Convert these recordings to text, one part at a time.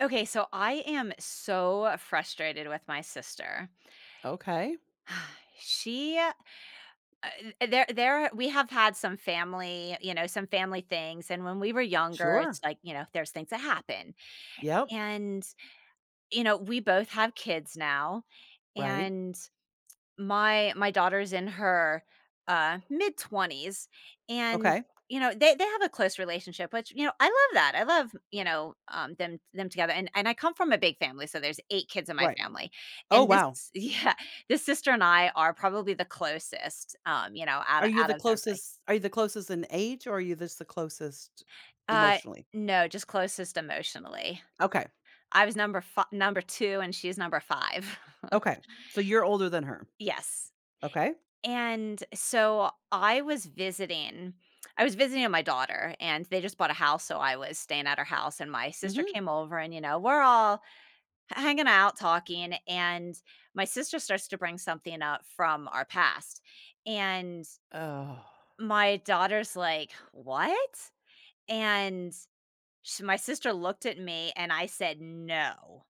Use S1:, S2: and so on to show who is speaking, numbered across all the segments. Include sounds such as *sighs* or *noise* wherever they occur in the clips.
S1: Okay, so I am so frustrated with my sister.
S2: Okay.
S1: *sighs* She uh, there we have had some family, you know, some family things, and when we were younger, it's
S2: Sure.
S1: like, you know, there's things that happen.
S2: Yep.
S1: And you know, we both have kids now,
S2: Right.
S1: and my daughter's in her mid 20s, and
S2: Okay.
S1: you know they have a close relationship, which you know I love that. I love, you know, them together, and I come from a big family, so there's eight kids in my
S2: Right.
S1: family.
S2: Oh,
S1: And this
S2: wow.
S1: *laughs* yeah, this sister and I are probably the closest, you know, out of out of everybody.
S2: Are you the closest in age, or are you just the closest
S1: Uh
S2: emotionally?
S1: no, just closest emotionally.
S2: Okay.
S1: I was number two and she's number five. *laughs*
S2: Okay. So you're older than her.
S1: Yes.
S2: Okay.
S1: And so I was visiting my daughter, and they just bought a house, so I was staying at her house and my sister
S2: Mhm.
S1: came over, and, you know, we're all hanging out talking, and my sister starts to bring something up from our past. And
S2: Oh.
S1: my daughter's like, "What?" And sh my sister looked at me and I said, "No."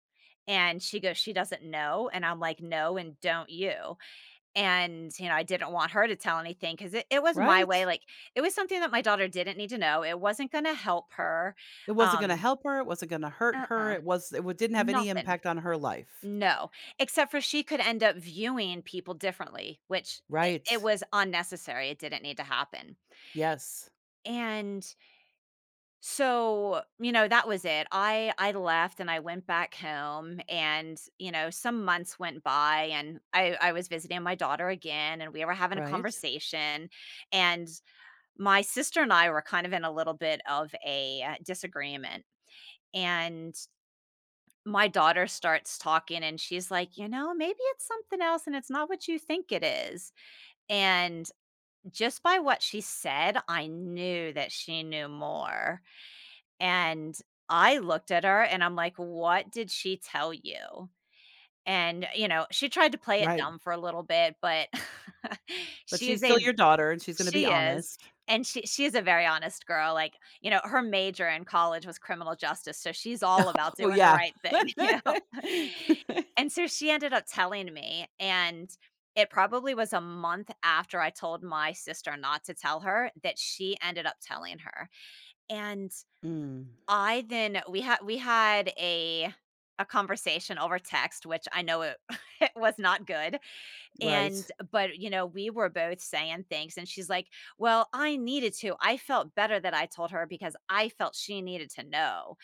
S1: And she goes, "She doesn't know." And I'm like, "No, and don't you." And, you know, I didn't want her to tell anything because it was my way,
S2: Right?
S1: like, it was something that my daughter didn't need to know, it wasn't gonna help her,
S2: It wasn't going to
S1: um
S2: help her, it wasn't going to hurt her.
S1: uh-uh,
S2: It didn't have any
S1: nothing,
S2: impact on her life.
S1: no, except for she could end up viewing people differently, which I it
S2: Right.
S1: was unnecessary, it didn't need to happen.
S2: Yes.
S1: And so, you know, that was it. I left and I went back home, and, you know, some months went by, and I was visiting my daughter again and we were having a
S2: Right.
S1: conversation, and my sister and I were kind of in a little bit of a, disagreement, and my daughter starts talking, and she's like, "You know, maybe it's something else, and it's not what you think it is." And just by what she said, I knew that she knew more, and I looked at her and I'm like, "What did she tell you?" And, you know, she tried to play it
S2: Right.
S1: dumb for a little bit, but *laughs*
S2: But
S1: she
S2: she's
S1: is
S2: still
S1: a
S2: your daughter and she's going to be
S1: She is,
S2: honest.
S1: and she's a very honest girl, like, you know, her major in college was criminal justice, so she's all about
S2: Oh
S1: doing the
S2: yeah.
S1: right thing, *laughs* you know?
S2: *laughs*
S1: And so she ended up telling me, and it probably was a month after I told my sister not to tell her that she ended up telling her, and
S2: Mm,
S1: I then we had a conversation over text, which I know it *laughs* it was not good,
S2: right.
S1: and but, you know, we were both saying things and she's like, "Well, I needed to. I felt better that I told her because I felt she needed to know."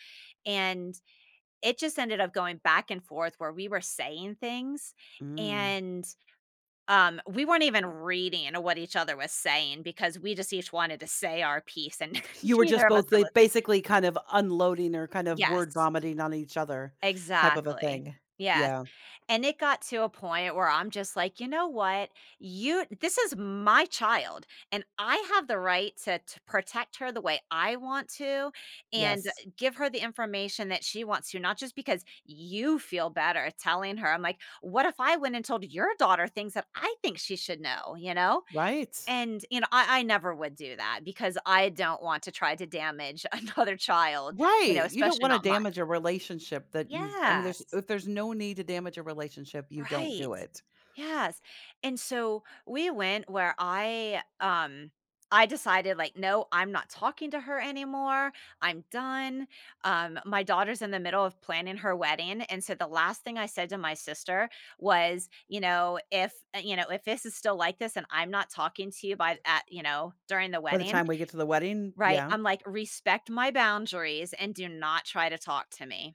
S1: And it just ended up going back and forth where we were saying things,
S2: Mm.
S1: and we weren't even reading what each other was saying because we just each wanted to say our piece, and
S2: You
S1: *laughs*
S2: were just
S1: neither of us
S2: both,
S1: were
S2: like,
S1: listening.
S2: basically kind of unloading or kind of word
S1: Yes,
S2: vomiting on each other, type of a
S1: exactly.
S2: thing.
S1: Yes.
S2: Yeah.
S1: And it got to a point where I'm just like, "You know what? You This is my child, and I have the right to protect her the way I want to and
S2: Yes.
S1: give her the information that she wants to, not just because you feel better telling her." I'm like, "What if I went and told your daughter things that I think she should know?" You know?
S2: Right.
S1: And, you know, I never would do that because I don't want to try to damage *laughs* another child, you know,
S2: Right. You don't
S1: especially
S2: wanna
S1: not mine.
S2: damage a relationship that you I mean,
S1: Yeah.
S2: there's if there's no need to damage a relationship, you don't
S1: Right.
S2: do it.
S1: Yes. And so we went where I decided like no, I'm not talking to her anymore. I'm done. My daughter's in the middle of planning her wedding, and so the last thing I said to my sister was, you know, if this is still like this and I'm not talking to you by at, you know, during the
S2: By the
S1: wedding,
S2: time we get to the wedding,
S1: right?
S2: yeah.
S1: I'm like, respect my boundaries and do not try to talk to me.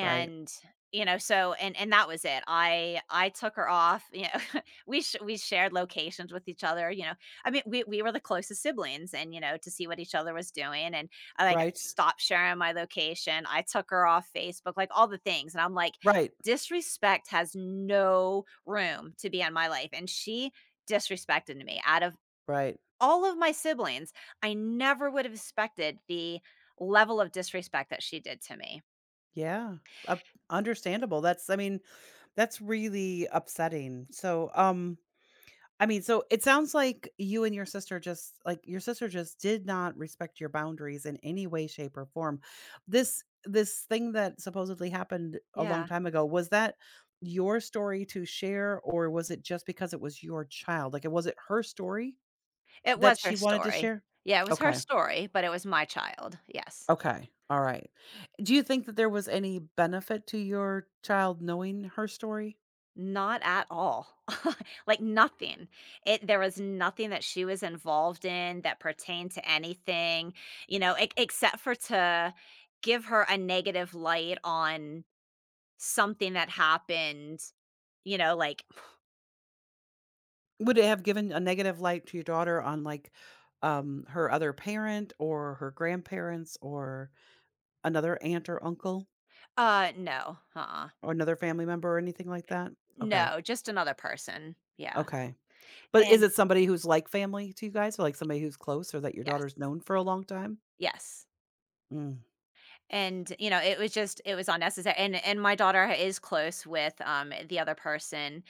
S2: Right.
S1: you know, so and that was it. I took her off, you know, *laughs* we shared locations with each other, you know. I mean, we were the closest siblings, and, you know, to see what each other was doing. And I, like, I
S2: Right.
S1: stopped sharing my location. I took her off Facebook, like, all the things, and I'm like,
S2: Right.
S1: disrespect has no room to be in my life, and she disrespected me. Out of
S2: Right.
S1: all of my siblings, I never would have expected the level of disrespect that she did to me.
S2: Yeah. Uh, Understandable. That's I mean, that's really upsetting. So, I mean, so it sounds like you and your sister just, like, your sister just did not respect your boundaries in any way, shape, or form. This thing that supposedly happened a long
S1: Yeah.
S2: time ago, was that your story to share, or was it just because it was your child? Like, it her story
S1: It
S2: that
S1: was her
S2: she wanted to
S1: story.
S2: share?
S1: Yeah, it was her
S2: Okay.
S1: story, but it was my child, yes.
S2: Okay. All right. Do you think that there was any benefit to your child knowing her story?
S1: Not at all. *laughs* Like, nothing. It There was nothing that she was involved in that pertained to anything, you know, e except for to give her a negative light on something that happened, you know, like,
S2: Would it have given a negative light to your daughter on, like, her other parent or her grandparents or another aunt or uncle
S1: no, uh-uh,
S2: or another family member or anything like that? Okay,
S1: no, just another person, yeah,
S2: okay. But is
S1: and
S2: it somebody who's like family to you guys, or, like, somebody who's close or that your
S1: yes,
S2: daughter's known for a long time?
S1: yes.
S2: Mm.
S1: And, you know, it was unnecessary, and my daughter is close with, the other person,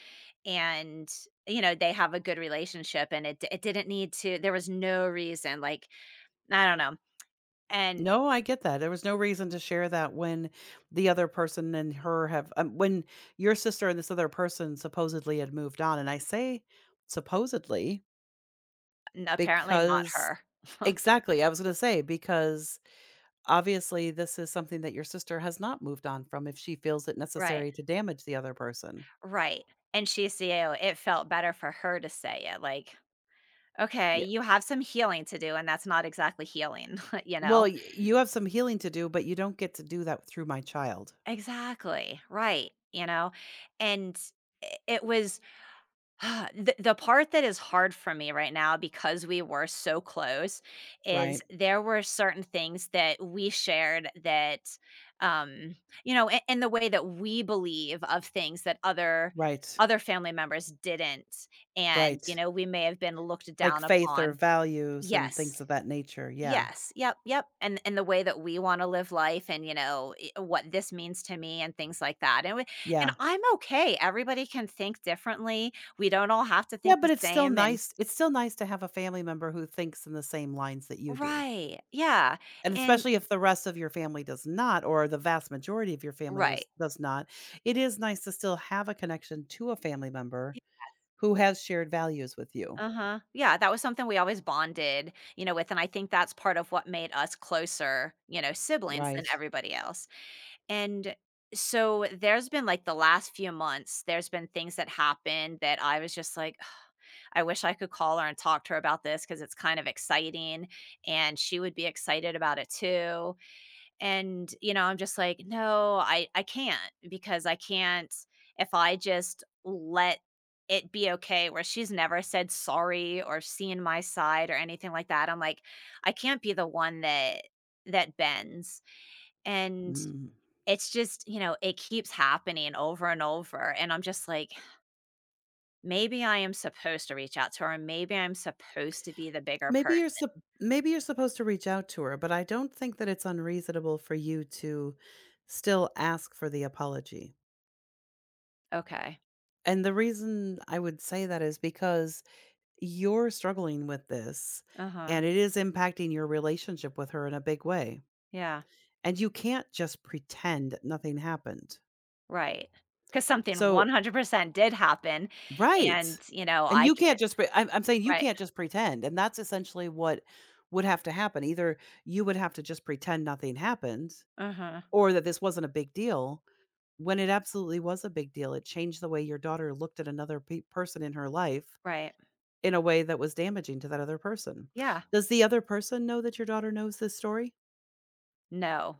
S1: and, you know, they have a good relationship, and it didn't need to there was no reason, like, I don't know, and
S2: No, I get that. There was no reason to share that when the other person and her have, when your sister and this other person supposedly had moved on, and I say supposedly.
S1: apparently not
S2: Because
S1: her. *laughs*
S2: exactly, I was gonna say, because obviously this is something that your sister has not moved on from if she feels it
S1: Right,
S2: necessary to damage the other person.
S1: right, and she's CEO, it felt better for her to say it, like, "Okay,
S2: Yeah.
S1: you have some healing to do, and that's not exactly healing," *laughs* you
S2: Well,
S1: know?
S2: y you have some healing to do, but you don't get to do that through my child,
S1: Exactly, right, you know? And I it was *sighs* The part that is hard for me right now because we were so close is
S2: right?
S1: there were certain things that we shared that, um, you know, a and the way that we believe of things that
S2: Right,
S1: other family members didn't, and, you
S2: right.
S1: know, we may have been looked
S2: Like
S1: down
S2: faith or
S1: upon.
S2: values and
S1: Yes.
S2: things of that nature, yeah,
S1: Yes. Yep, yep, and the way that we wanna live life, and, you know, I what this means to me and things like that, and we and
S2: yeah.
S1: I'm okay, everybody can think differently, we don't all have to
S2: Yeah,
S1: think
S2: but
S1: the
S2: it's still
S1: same. And
S2: nice, it's still nice to have a family member who thinks in the same lines that you do.
S1: right, yeah,
S2: And
S1: and
S2: especially if the rest of your family does not, or the vast majority of your family was
S1: right.
S2: does not, it is nice to still have a connection to a family member who has shared values with you.
S1: Uh-huh, yeah, that was something we always bonded, you know, with, and I think that's part of what made us closer, you know, siblings than
S2: Right.
S1: everybody else, and so there's been, like, the last few months, there's been things that happened that I was just like, I wish I could call her and talk to her about this because it's kind of exciting, and she would be excited about it too, and, you know, I'm just like, "No, I can't because I can't if I just let it be okay," where she's never said sorry or seen my side or anything like that, I'm like, "I can't be the one that bends," and
S2: Mm.
S1: it's just, you know, it keeps happening over and over, and I'm just like, maybe I am supposed to reach out to her, maybe I'm supposed to be the bigger
S2: Maybe
S1: person.
S2: you're sup maybe you're supposed to reach out to her, but I don't think that it's unreasonable for you to still ask for the apology.
S1: Okay.
S2: And the reason I would say that is because you're struggling with this
S1: Uh-huh.
S2: and it is impacting your relationship with her in a big way.
S1: Yeah,
S2: And you can't just pretend that nothing happened.
S1: right. Because something
S2: So
S1: 100% did happen,
S2: right.
S1: and, you know,
S2: And
S1: I
S2: you can't
S1: can't.
S2: just pre I'm saying you
S1: Right.
S2: can't just pretend, and that's essentially what would have to happen. Either you would have to just pretend nothing happened,
S1: Uh-huh.
S2: or that this wasn't a big deal, when it absolutely was a big deal. It changed the way your daughter looked at another pe person in her life
S1: Right.
S2: in a way that was damaging to that other person.
S1: Yeah.
S2: Does the other person know that your daughter knows this story?
S1: No.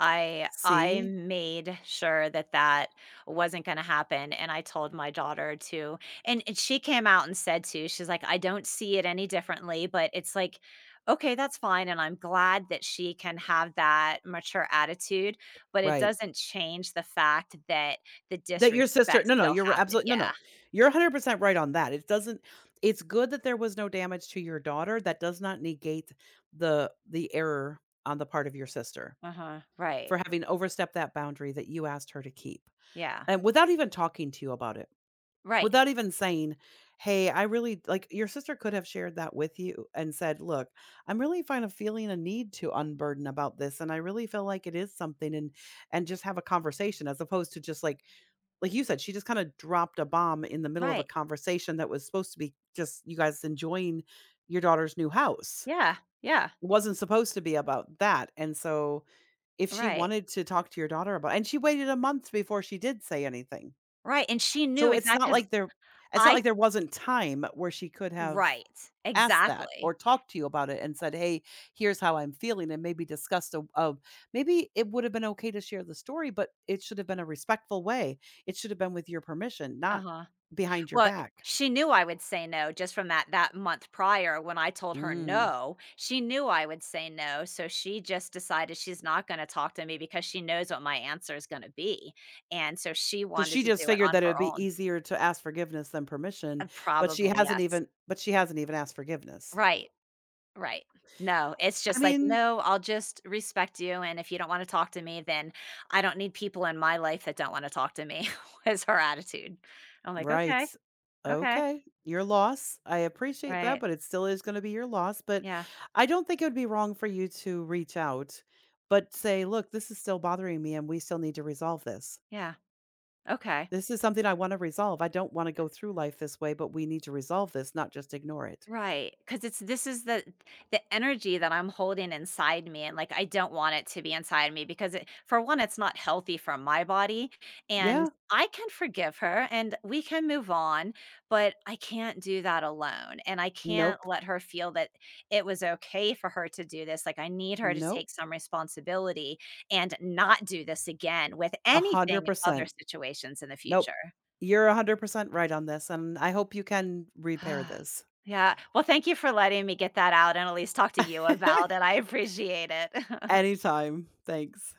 S1: I
S2: See?
S1: made sure that that wasn't gonna happen, and I told my daughter to, and she came out and said too, she's like, "I don't see it any differently," but it's like, "Okay, that's fine," and I'm glad that she can have that mature attitude, but it
S2: Right.
S1: doesn't change the fact that the
S2: That your sister
S1: disrespect
S2: No, no,
S1: still
S2: you're
S1: happened.
S2: absolutely no,
S1: Yeah.
S2: no. You're 100% right on that. It doesn't. It's good that there was no damage to your daughter. That does not negate the error on the part of your sister
S1: Uh-huh. Right.
S2: for having overstepped that boundary that you asked her to keep,
S1: Yeah.
S2: and without even talking to you about it,
S1: Right.
S2: without even saying, "Hey, I really," like, your sister could have shared that with you and said, "Look, I'm really kind of feeling a need to unburden about this, and I really feel like it is something," and just have a conversation as opposed to just, like you said, she just kinda dropped a bomb in the middle of a
S1: Right.
S2: conversation that was supposed to be just you guys enjoying your daughter's new house.
S1: Yeah. Yeah.
S2: It wasn't supposed to be about that, and so if she
S1: Right.
S2: wanted to talk to your daughter about, and she waited a month before she did say anything.
S1: Right, and she knew
S2: So it's
S1: exactly
S2: not
S1: because
S2: like there it's not
S1: I
S2: like there wasn't time where she could have
S1: right.
S2: asked that or
S1: Exactly.
S2: talked to you about it and said, "Hey, here's how I'm feeling," and maybe discussed a maybe it would have been okay to share the story, but it should have been a respectful way. It should have been with your permission, not
S1: Uh-huh.
S2: behind your
S1: Well,
S2: back.
S1: she knew I would say no just from that month prior when I told her
S2: Mm.
S1: no. She knew I would say no, so she just decided she's not gonna talk to me because she knows what my answer is gonna be, and so she
S2: So
S1: wanted
S2: she
S1: to
S2: just
S1: do it
S2: figured
S1: on
S2: that it would
S1: her
S2: be
S1: own.
S2: easier to ask forgiveness than permission, but she
S1: Probably,
S2: hasn't
S1: yes.
S2: even but she hasn't even asked forgiveness.
S1: Right, right. No, it's
S2: I
S1: just like,
S2: mean,
S1: "No, I'll just respect you, and if you don't wanna talk to me, then I don't need people in my life that don't wanna talk to me," *laughs* was her attitude. I'm like,
S2: right.
S1: "Okay, okay."
S2: Okay. Your loss. I appreciate that,
S1: Right.
S2: but it still is going to be your loss. But
S1: Yeah,
S2: I don't think it would be wrong for you to reach out, but say, look, this is still bothering me and we still need to resolve this.
S1: yeah, okay.
S2: This is something I want to resolve. I don't want to go through life this way, but we need to resolve this, not just ignore it.
S1: Right, because it's this is the energy that I'm holding inside me, and, like, I don't want it to be inside me because it for one, it's not healthy for my body, and
S2: Yeah.
S1: I can forgive her, and we can move on, but I can't do that alone, and I can't
S2: Nope.
S1: let her feel that it was okay for her to do this, like, I need her to
S2: Nope.
S1: take some responsibility and not do this again with
S2: A hundred
S1: anything other
S2: percent.
S1: situations in the
S2: Nope.
S1: future.
S2: You're 100% right on this. And I hope you can
S1: *sighs*
S2: repair
S1: Ah,
S2: this.
S1: yeah. Well, thank you for letting me get that out and at least talk to you about
S2: *laughs*
S1: it. I appreciate it. *laughs*
S2: Anytime. Thanks.